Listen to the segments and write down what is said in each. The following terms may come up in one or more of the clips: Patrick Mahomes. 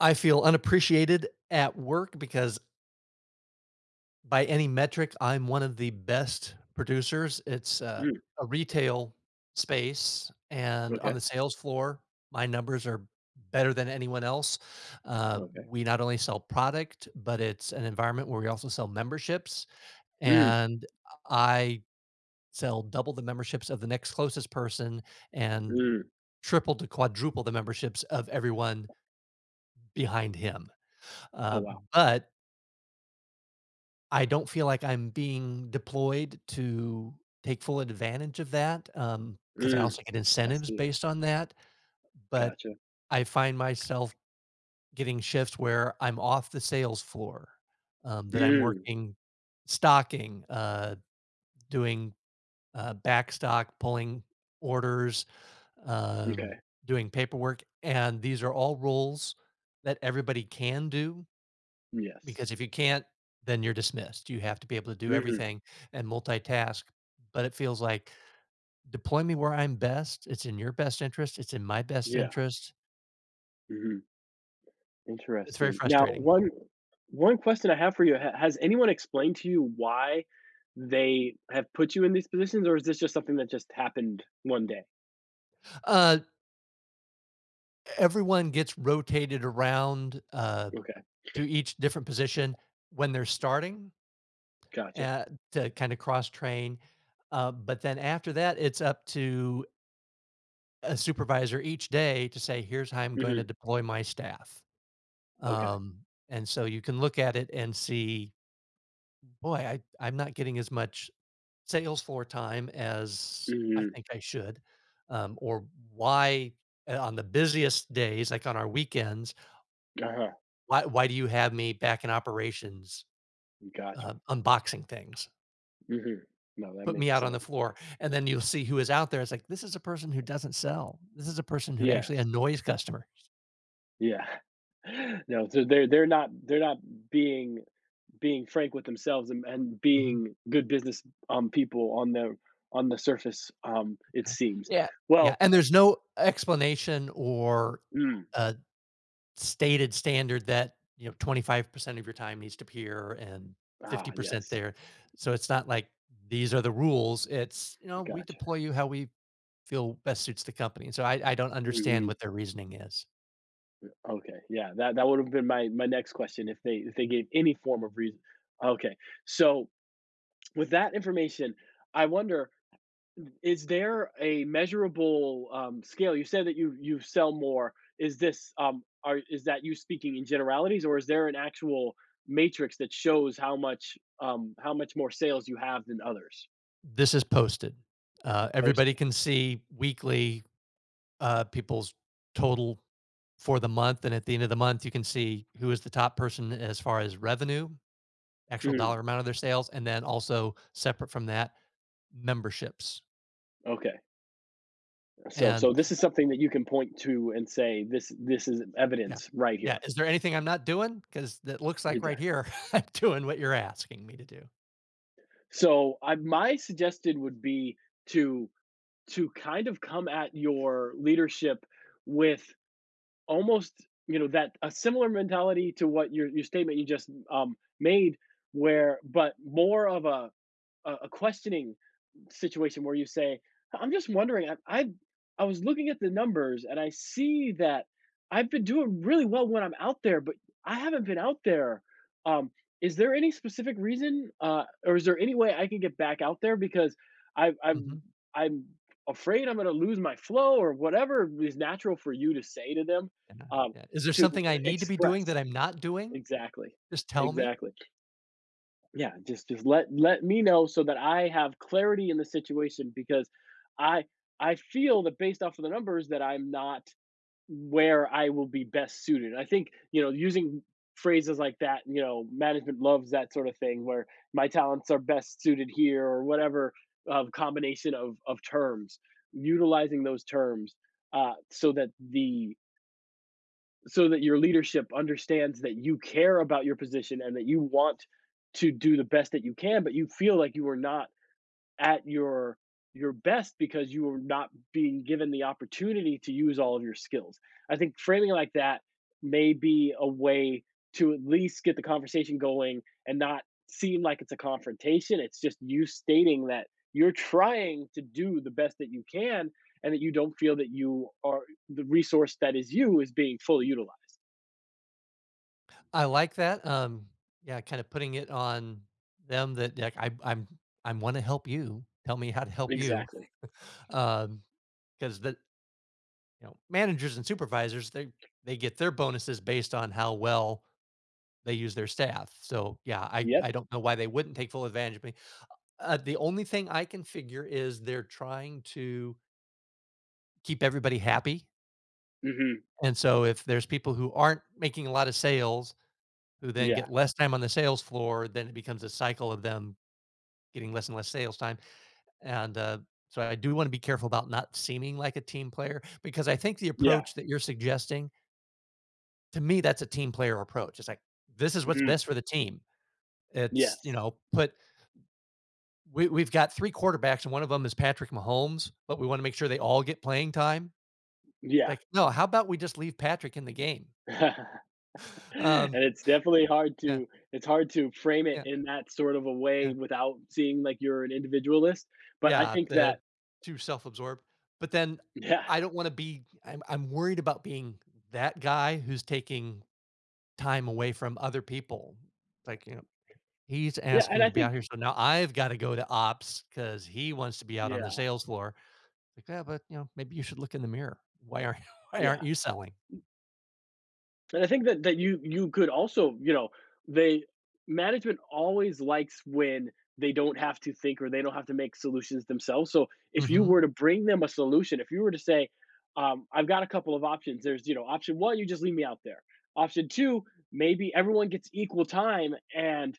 I feel unappreciated at work because by any metric, I'm one of the best producers. It's Mm, a retail space, and okay, on the sales floor, my numbers are better than anyone else. Okay. We not only sell product, but it's an environment where we also sell memberships, Mm, and I sell double the memberships of the next closest person and mm. triple to quadruple the memberships of everyone behind him. Oh, Uh, wow. but I don't feel like I'm being deployed to take full advantage of that, because I Mm, also get I incentives see. based on that, but Gotcha. I find myself getting shifts where I'm off the sales floor, that I'm Mm, working stocking, doing, back stock, pulling orders, um, okay. doing paperwork, and these are all roles that everybody can do, Yes. because if you can't, then you're dismissed. You have to be able to do Mhm. everything and multitask. But it feels like deploy me where I'm best. It's in your best interest. It's in my best Yeah. interest. Mhm. It's very Interesting. Now, frustrating. one question I have for you, ha has anyone explained to you why they have put you in these positions, or is this just something that just happened one day? Uh, Everyone gets rotated around Okay, to each different position when they're starting gotcha. uh, to kind of cross train. But then after that, it's up to a supervisor each day to say, here's how I'm going to Mhm. deploy my staff. Okay. Um, and so you can look at it and see, boy, I'm not getting as much sales floor time as I Mhm. think I should. Or why on the busiest days, like on our weekends, Uh-huh. Why do you have me back in operations Gotcha. Unboxing things? Mhm. No, that Put me makes out on the sense. floor. And then you'll see who is out there. It's like, this is a person who doesn't sell. This is a person who Yes. actually annoys customers. Yeah. No, so they're not being being frank with themselves and Mhm. being good business people on the surface. It seems. Yeah. Yeah. Well, And there's no explanation or mm, uh, stated standard that, you know, 25% of your time needs to be here and 50% yes, there. So it's not like these are the rules. It's, you I know, we gotcha. deploy you how we feel best suits the company. So I don't understand hmm what their reasoning is. Okay, yeah, that would have been my next question if they gave any form of reason. Okay, so with that information, I wonder. Is there a measurable, scale? You said that you sell more. Is this, are is that you speaking in generalities, or is there an actual matrix that shows how much more sales you have than others This is posted. Everybody posted? can see weekly people's total for the month. And at the end of the month, you can see who is the top person as far as revenue, actual Mm, dollar amount of their sales, and then also separate from that, memberships. okay. So And so this is something that you can point to and say, "This is yeah. evidence right here." Yeah, is there anything I'm not doing? Because it looks like Exactly. right here, I'm doing what you're asking me to do. So I my suggested would be to kind of come at your leadership with almost, you know, that a similar mentality to what your statement you just, made, where but more of a questioning situation where you say, "I'm just wondering, I was looking at the numbers and I see that I've been doing really well when I'm out there, but I haven't been out there. Um, is there any specific reason, or is there any way I can get back out there? Because I, I'm Mhm. I'm afraid I'm going to lose my flow," or whatever is natural for you to say to them, Yeah, um, yeah. Is there to something I need to be doing express. that I'm not doing? Exactly, Just tell me. exactly. Yeah, just let me know so that I have clarity in the situation, because I I feel that, based off of the numbers, that I'm not where I will be best suited. I think, you know, using phrases like that, you know, management loves that sort of thing, where my talents are best suited here or whatever of combination of terms, utilizing those terms so that your leadership understands that you care about your position and that you want to do the best that you can, but you feel like you are not at your best because you are not being given the opportunity to use all of your skills. I think framing like that may be a way to at least get the conversation going and not seem like it's a confrontation. It's just you stating that you're trying to do the best that you can, and that you don't feel that you are, the resource that is you is being fully utilized. I like that, yeah, kinda putting it on them that, like, I'm I wanna help you. Tell me how to help you. Exactly. Um, Because the you know, managers and supervisors, they get their bonuses based on how well they use their staff, so, yeah, Yep. I don't know why they wouldn't take full advantage of. The only thing I can figure is they're trying to keep everybody happy, Mhm. and so if there's people who aren't making a lot of sales, who then get Yeah. less time on the sales floor, then it becomes a cycle of them getting less and less sales time, and so I do wanna be careful about not seeming like a team player, because I think the Yeah. approach that you're suggesting, to me, that's a team player approach. It's like, "This is what's Mhm. best for the team." It's, you Yes. know, put we've got 3 quarterbacks, and one of them is Patrick Mahomes, but we wanna make sure they all get playing time. Yeah. Like, "No, how about we just leave Patrick in the game?" Um, And it's definitely hard yeah, to it's hard to frame it yeah, in that sort of a yeah, way without seeing like you're an individualist, but I yeah, think the that. too self-absorbed, but then Yeah. I don't wanna be I'm worried about being that guy who's taking time away from other people. Like, you know, he's Yeah, and asking I to be out think. here, so now I've gotta go to ops because he wants to be out on the Yeah, sales floor. Like, "Yeah, but, you know, maybe you should look in the mirror. Why aren't why yeah. aren't you selling?" And I think that you could also, you know, they management always likes when they don't have to think or they don't have to make solutions themselves. So if you Mhm, were to bring them a solution, if you were to say, I've got a couple of options. There's, you know, option one, you just leave me out there. Option two, maybe everyone gets equal time and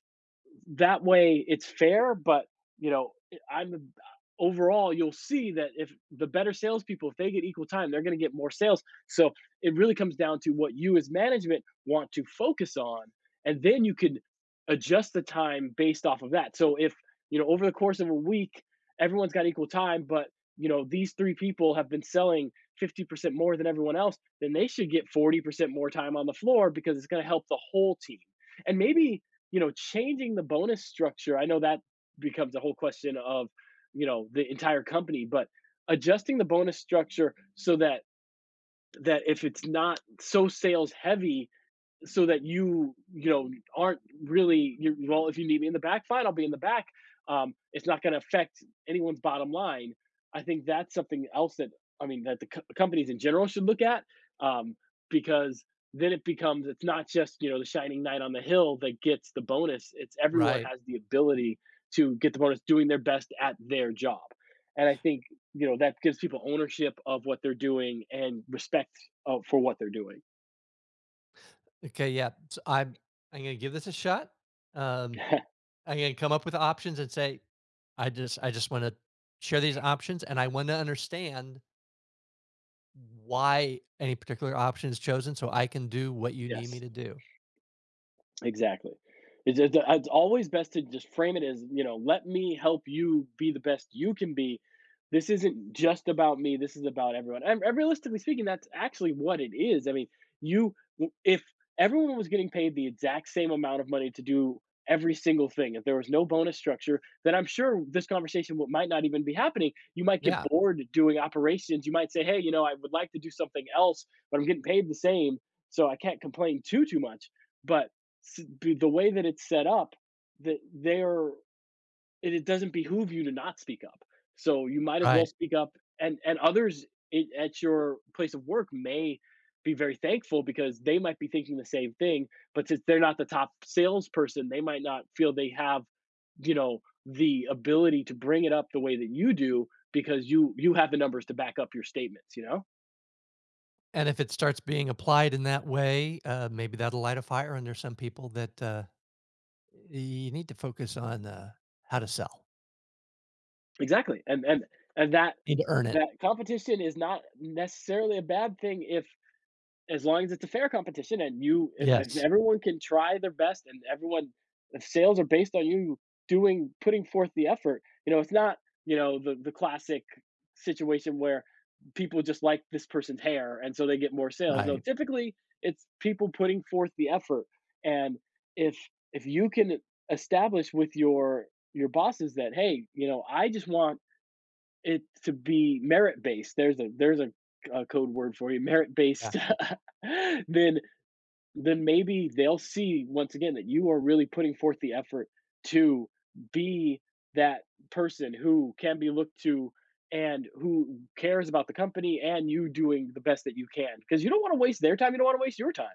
that way it's fair, but you know, eh, I'm overall you'll see that if the better salespeople, if they get equal time, they're going to get more sales. So it really comes down to what you as management want to focus on, and then you can adjust the time based off of that. So if, you know, over the course of a week, everyone's got equal time, but you know these three people have been selling 50% more than everyone else, then they should get 40% more time on the floor because it's going to help the whole team. And maybe, you know, changing the bonus structure, I know that becomes a whole question of, you know, the entire company, but adjusting the bonus structure so that if it's not so sales heavy, so that you know aren't really, you, well if you need me in the back, fine, I'll be in the back. It's not going to affect anyone's bottom line. I think that's something else that I mean that the companies in general should look at, um, because then it becomes, it's not just, you know, the shining knight on the hill that gets the bonus, it's everyone right. has the ability to get the bonus doing their best at their job. And I think, you know, that gives people ownership of what they're doing and respect for what they're doing. Okay, yeah, I'm gonna give this a shot, um again, come up with options and say, I just want to share these options and I want to understand why any particular option is chosen so I can do what you need me Yes. to do. Exactly. It's always best to just frame it as, you know, let me help you be the best you can be. This isn't just about me. This is about everyone. And realistically speaking, that's actually what it is. I mean, you, if everyone was getting paid the exact same amount of money to do every single thing, if there was no bonus structure, then I'm sure this conversation might not even be happening. You might get Yeah. bored doing operations. You might say, hey, you know, I would like to do something else, but I'm getting paid the same. So I can't complain too, too much. But the way that it's set up, that they're it doesn't behoove you to not speak up. So you might as well Right. speak up, and others I at your place of work may be very thankful, because they might be thinking the same thing. But since they're not the top salesperson, they might not feel they have, you know, the ability to bring it up the way that you do, because you have the numbers to back up your statements. You know And if it starts being applied in that way, maybe that'll light a fire under some people that you need to focus on how to sell. exactly. And that Need to earn it. that competition is not necessarily a bad thing, if as long as it's a fair competition, and you if Yes. everyone can try their best and everyone, if sales are based on you doing putting forth the effort. You know, it's not, you know, the classic situation where people just like this person's hair and so they get more sales. No, Right. typically it's people putting forth the effort, and if if you can establish with your bosses that, hey, you know, I just want it to be merit-based. There's a code word for you, Yeah. merit-based, then maybe they'll see once again that you are really putting forth the effort to be that person who can be looked to and who cares about the company, and you doing the best that you can because you don't wanna waste their time, you don't wanna waste your time.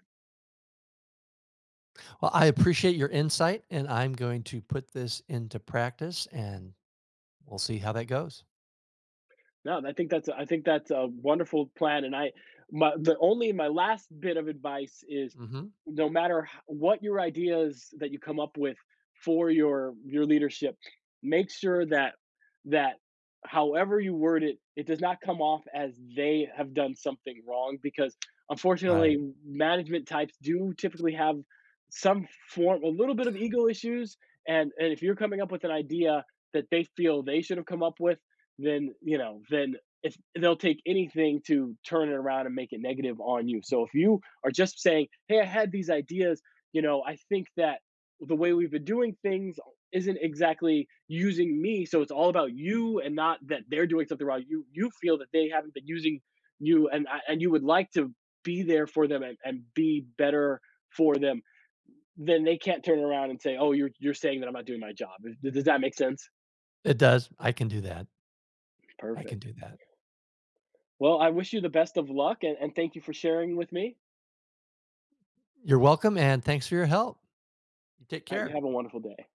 Well, I appreciate your insight and I'm going to put this into practice and we'll see how that goes. No, I think that's, I think that's a wonderful plan, and I my the only my last bit of advice is, Hmm. no matter h what your ideas that you come up with for your leadership, make sure that, that however you word it, it does not come off as they have done something wrong because, unfortunately, Right. management types do typically have some form a little bit of ego issues. And if you're coming up with an idea that they feel they should have come up with, then you know then if they'll take anything to turn it around and make it negative on you. So if you are just saying, hey, I had these ideas, you know, I think that the way we've been doing things isn't exactly using me, so it's all about you and not that they're doing something wrong, you feel that they haven't been using you, and you would like to be there for them, and be better for them. Then they can't turn around and say, oh, you're saying that I'm not doing my job. Does that make sense? It does. I can do that. I can Perfect. do that. Well, I wish you the best of luck, and thank you for sharing with me. You're welcome, and thanks for your help. You take You care. have a wonderful day.